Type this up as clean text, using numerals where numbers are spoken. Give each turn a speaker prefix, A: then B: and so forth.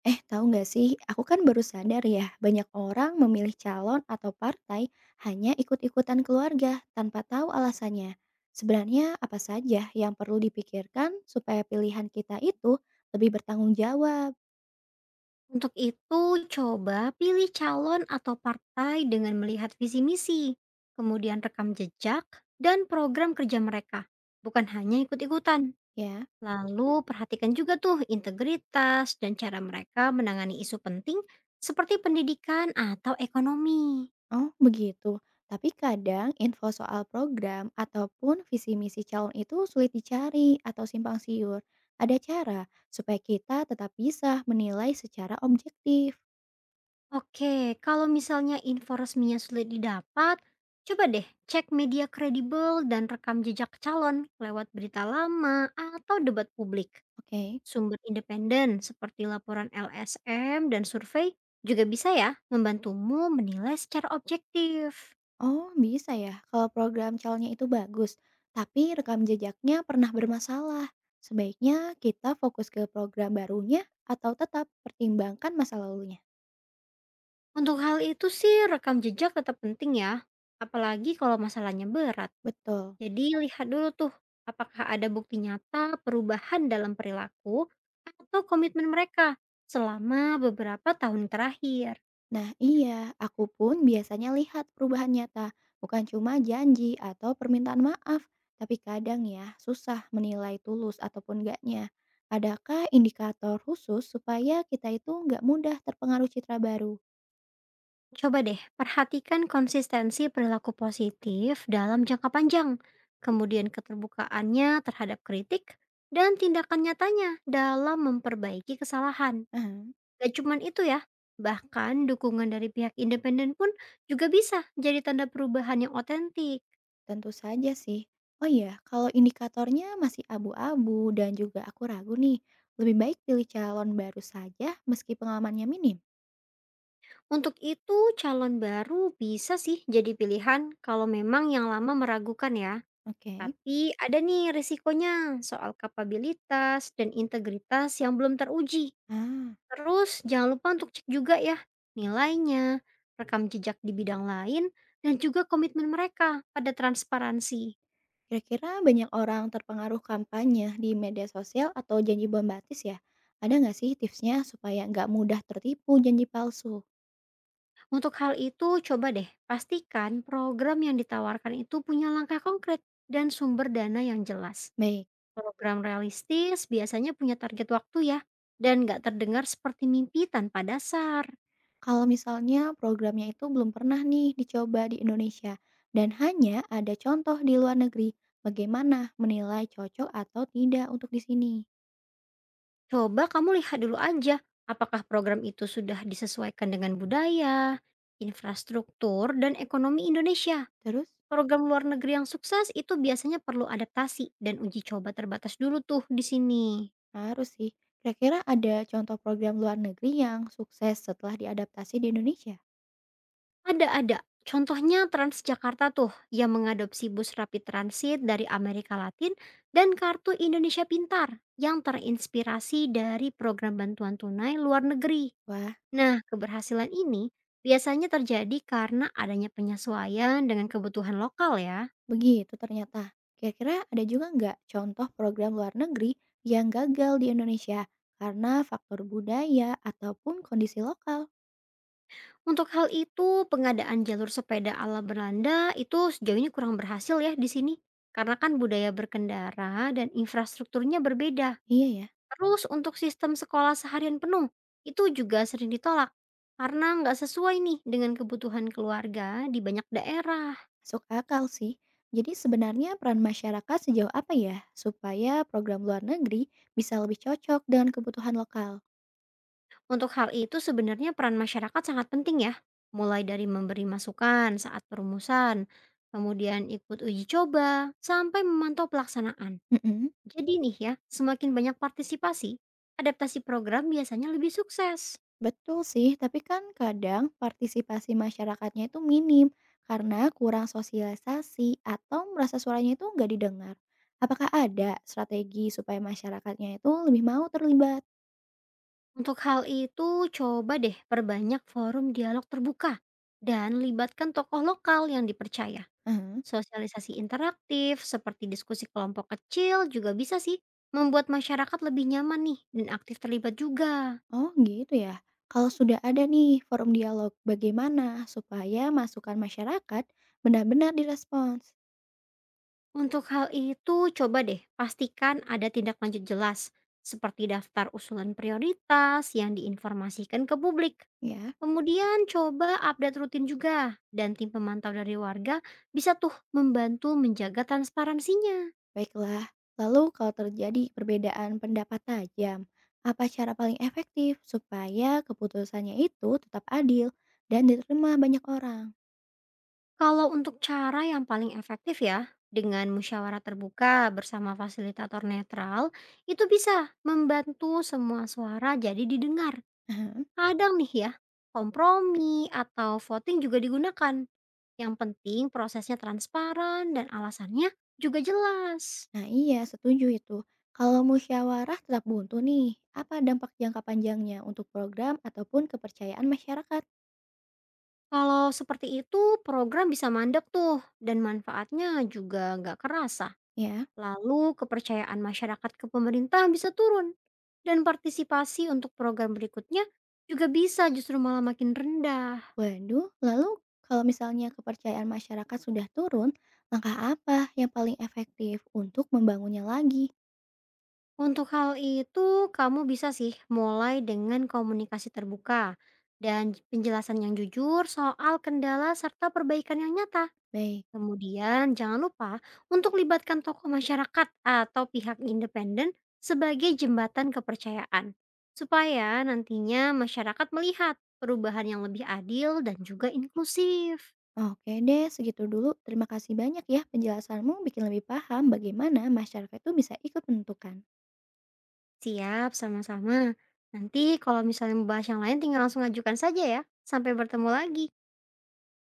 A: Tahu nggak sih, aku kan baru sadar ya, banyak orang memilih calon atau partai hanya ikut-ikutan keluarga tanpa tahu alasannya. Sebenarnya apa saja yang perlu dipikirkan supaya pilihan kita itu lebih bertanggung jawab,
B: Untuk itu, coba pilih calon atau partai dengan melihat visi misi, kemudian rekam jejak dan program kerja mereka, bukan hanya ikut-ikutan.
A: ya?
B: Lalu perhatikan juga tuh integritas dan cara mereka menangani isu penting seperti pendidikan atau ekonomi.
A: Oh, begitu. Tapi kadang info soal program ataupun visi misi calon itu sulit dicari atau simpang siur. Ada cara supaya kita tetap bisa menilai secara objektif.
B: Oke, kalau misalnya info resminya sulit didapat, coba deh cek media kredibel dan rekam jejak calon lewat berita lama atau debat publik.
A: Oke.
B: Sumber independen seperti laporan LSM dan survei juga bisa ya membantumu menilai secara objektif.
A: Oh, bisa ya kalau program calnya itu bagus, tapi rekam jejaknya pernah bermasalah. Sebaiknya kita fokus ke program barunya atau tetap pertimbangkan masa lalunya.
B: Untuk hal itu sih rekam jejak tetap penting ya, apalagi kalau masalahnya berat.
A: Betul.
B: Jadi lihat dulu tuh apakah ada bukti nyata perubahan dalam perilaku atau komitmen mereka selama beberapa tahun terakhir.
A: Nah, iya, aku pun biasanya lihat perubahan nyata, bukan cuma janji atau permintaan maaf, tapi kadang ya susah menilai tulus ataupun enggaknya. Adakah indikator khusus supaya kita itu nggak mudah terpengaruh citra baru?
B: Coba deh, perhatikan konsistensi perilaku positif dalam jangka panjang, kemudian keterbukaannya terhadap kritik, dan tindakan nyatanya dalam memperbaiki kesalahan.
A: Aha.
B: Gak cuman itu ya, bahkan dukungan dari pihak independen pun juga bisa jadi tanda perubahan yang otentik.
A: Tentu saja sih. Oh iya, kalau indikatornya masih abu-abu dan juga aku ragu nih, lebih baik pilih calon baru saja meski pengalamannya minim.
B: Untuk itu, calon baru bisa sih jadi pilihan kalau memang yang lama meragukan ya.
A: Oke.
B: Tapi ada nih risikonya soal kapabilitas dan integritas yang belum teruji.
A: Ah,
B: Terus jangan lupa untuk cek juga ya nilainya, rekam jejak di bidang lain, dan juga komitmen mereka pada transparansi.
A: kira-kira banyak orang terpengaruh kampanye di media sosial atau janji bombastis ya? Ada nggak sih tipsnya supaya nggak mudah tertipu janji palsu?
B: Untuk hal itu, coba deh pastikan program yang ditawarkan itu punya langkah konkret dan sumber dana yang jelas.
A: Baik,
B: Program realistis biasanya punya target waktu ya, dan nggak terdengar seperti mimpi tanpa dasar.
A: kalau misalnya programnya itu belum pernah nih dicoba di Indonesia dan hanya ada contoh di luar negeri, bagaimana menilai cocok atau tidak untuk di sini?
B: Coba kamu lihat dulu aja, apakah program itu sudah disesuaikan dengan budaya, infrastruktur, dan ekonomi Indonesia.
A: Terus?
B: Program luar negeri yang sukses itu biasanya perlu adaptasi dan uji coba terbatas dulu tuh di sini.
A: Harus sih. Kira-kira ada contoh program luar negeri yang sukses setelah diadaptasi di Indonesia?
B: Ada. Contohnya Transjakarta tuh yang mengadopsi bus rapid transit dari Amerika Latin dan kartu Indonesia Pintar yang terinspirasi dari program bantuan tunai luar negeri.
A: Wah,
B: Nah, keberhasilan ini biasanya terjadi karena adanya penyesuaian dengan kebutuhan lokal ya.
A: begitu ternyata. Kira-kira ada juga nggak contoh program luar negeri yang gagal di Indonesia karena faktor budaya ataupun kondisi lokal?
B: Untuk hal itu, pengadaan jalur sepeda ala Belanda itu sejauh ini kurang berhasil ya di sini. Karena kan budaya berkendara dan infrastrukturnya berbeda.
A: Iya ya,
B: Terus untuk sistem sekolah seharian penuh, itu juga sering ditolak. Karena nggak sesuai nih dengan kebutuhan keluarga di banyak daerah.
A: masuk akal sih. Jadi sebenarnya peran masyarakat sejauh apa ya supaya program luar negeri bisa lebih cocok dengan kebutuhan lokal?
B: Untuk hal itu sebenarnya peran masyarakat sangat penting ya. Mulai dari memberi masukan saat perumusan, kemudian ikut uji coba, sampai memantau pelaksanaan.
A: Mm-mm.
B: Jadi nih ya, semakin banyak partisipasi, adaptasi program biasanya lebih sukses.
A: Betul sih, tapi kan kadang partisipasi masyarakatnya itu minim karena kurang sosialisasi atau merasa suaranya itu nggak didengar. Apakah ada strategi supaya masyarakatnya itu lebih mau terlibat?
B: Untuk hal itu, coba deh perbanyak forum dialog terbuka dan libatkan tokoh lokal yang dipercaya.
A: Mhm.
B: Sosialisasi interaktif seperti diskusi kelompok kecil juga bisa sih membuat masyarakat lebih nyaman nih dan aktif terlibat juga.
A: Oh gitu ya. Kalau sudah ada nih forum dialog, bagaimana supaya masukan masyarakat benar-benar direspons?
B: Untuk hal itu, coba deh pastikan ada tindak lanjut jelas seperti daftar usulan prioritas yang diinformasikan ke publik.
A: Ya.
B: Kemudian coba update rutin juga, dan tim pemantau dari warga bisa tuh membantu menjaga transparansinya.
A: Baiklah, lalu kalau terjadi perbedaan pendapat tajam, apa cara paling efektif supaya keputusannya itu tetap adil dan diterima banyak orang?
B: Kalau untuk cara yang paling efektif ya, dengan musyawarah terbuka bersama fasilitator netral, itu bisa membantu semua suara jadi didengar.
A: Aha,
B: Kadang nih ya, kompromi atau voting juga digunakan. Yang penting prosesnya transparan dan alasannya juga jelas.
A: Nah iya, setuju itu. Kalau musyawarah tetap buntu nih, apa dampak jangka panjangnya untuk program ataupun kepercayaan masyarakat?
B: Kalau seperti itu, program bisa mandek tuh, dan manfaatnya juga nggak kerasa.
A: Ya,
B: Lalu kepercayaan masyarakat ke pemerintah bisa turun. Dan partisipasi untuk program berikutnya juga bisa justru malah makin rendah.
A: waduh, lalu kalau misalnya kepercayaan masyarakat sudah turun, langkah apa yang paling efektif untuk membangunnya lagi?
B: Untuk hal itu, kamu bisa sih mulai dengan komunikasi terbuka dan penjelasan yang jujur soal kendala serta perbaikan yang nyata.
A: Baik.
B: Kemudian jangan lupa untuk libatkan tokoh masyarakat atau pihak independen sebagai jembatan kepercayaan. Supaya nantinya masyarakat melihat perubahan yang lebih adil dan juga inklusif.
A: Oke deh, segitu dulu. Terima kasih banyak ya penjelasanmu bikin lebih paham bagaimana masyarakat itu bisa ikut menentukan.
B: Siap sama-sama. Nanti kalau misalnya membahas yang lain tinggal langsung ajukan saja ya. Sampai bertemu lagi.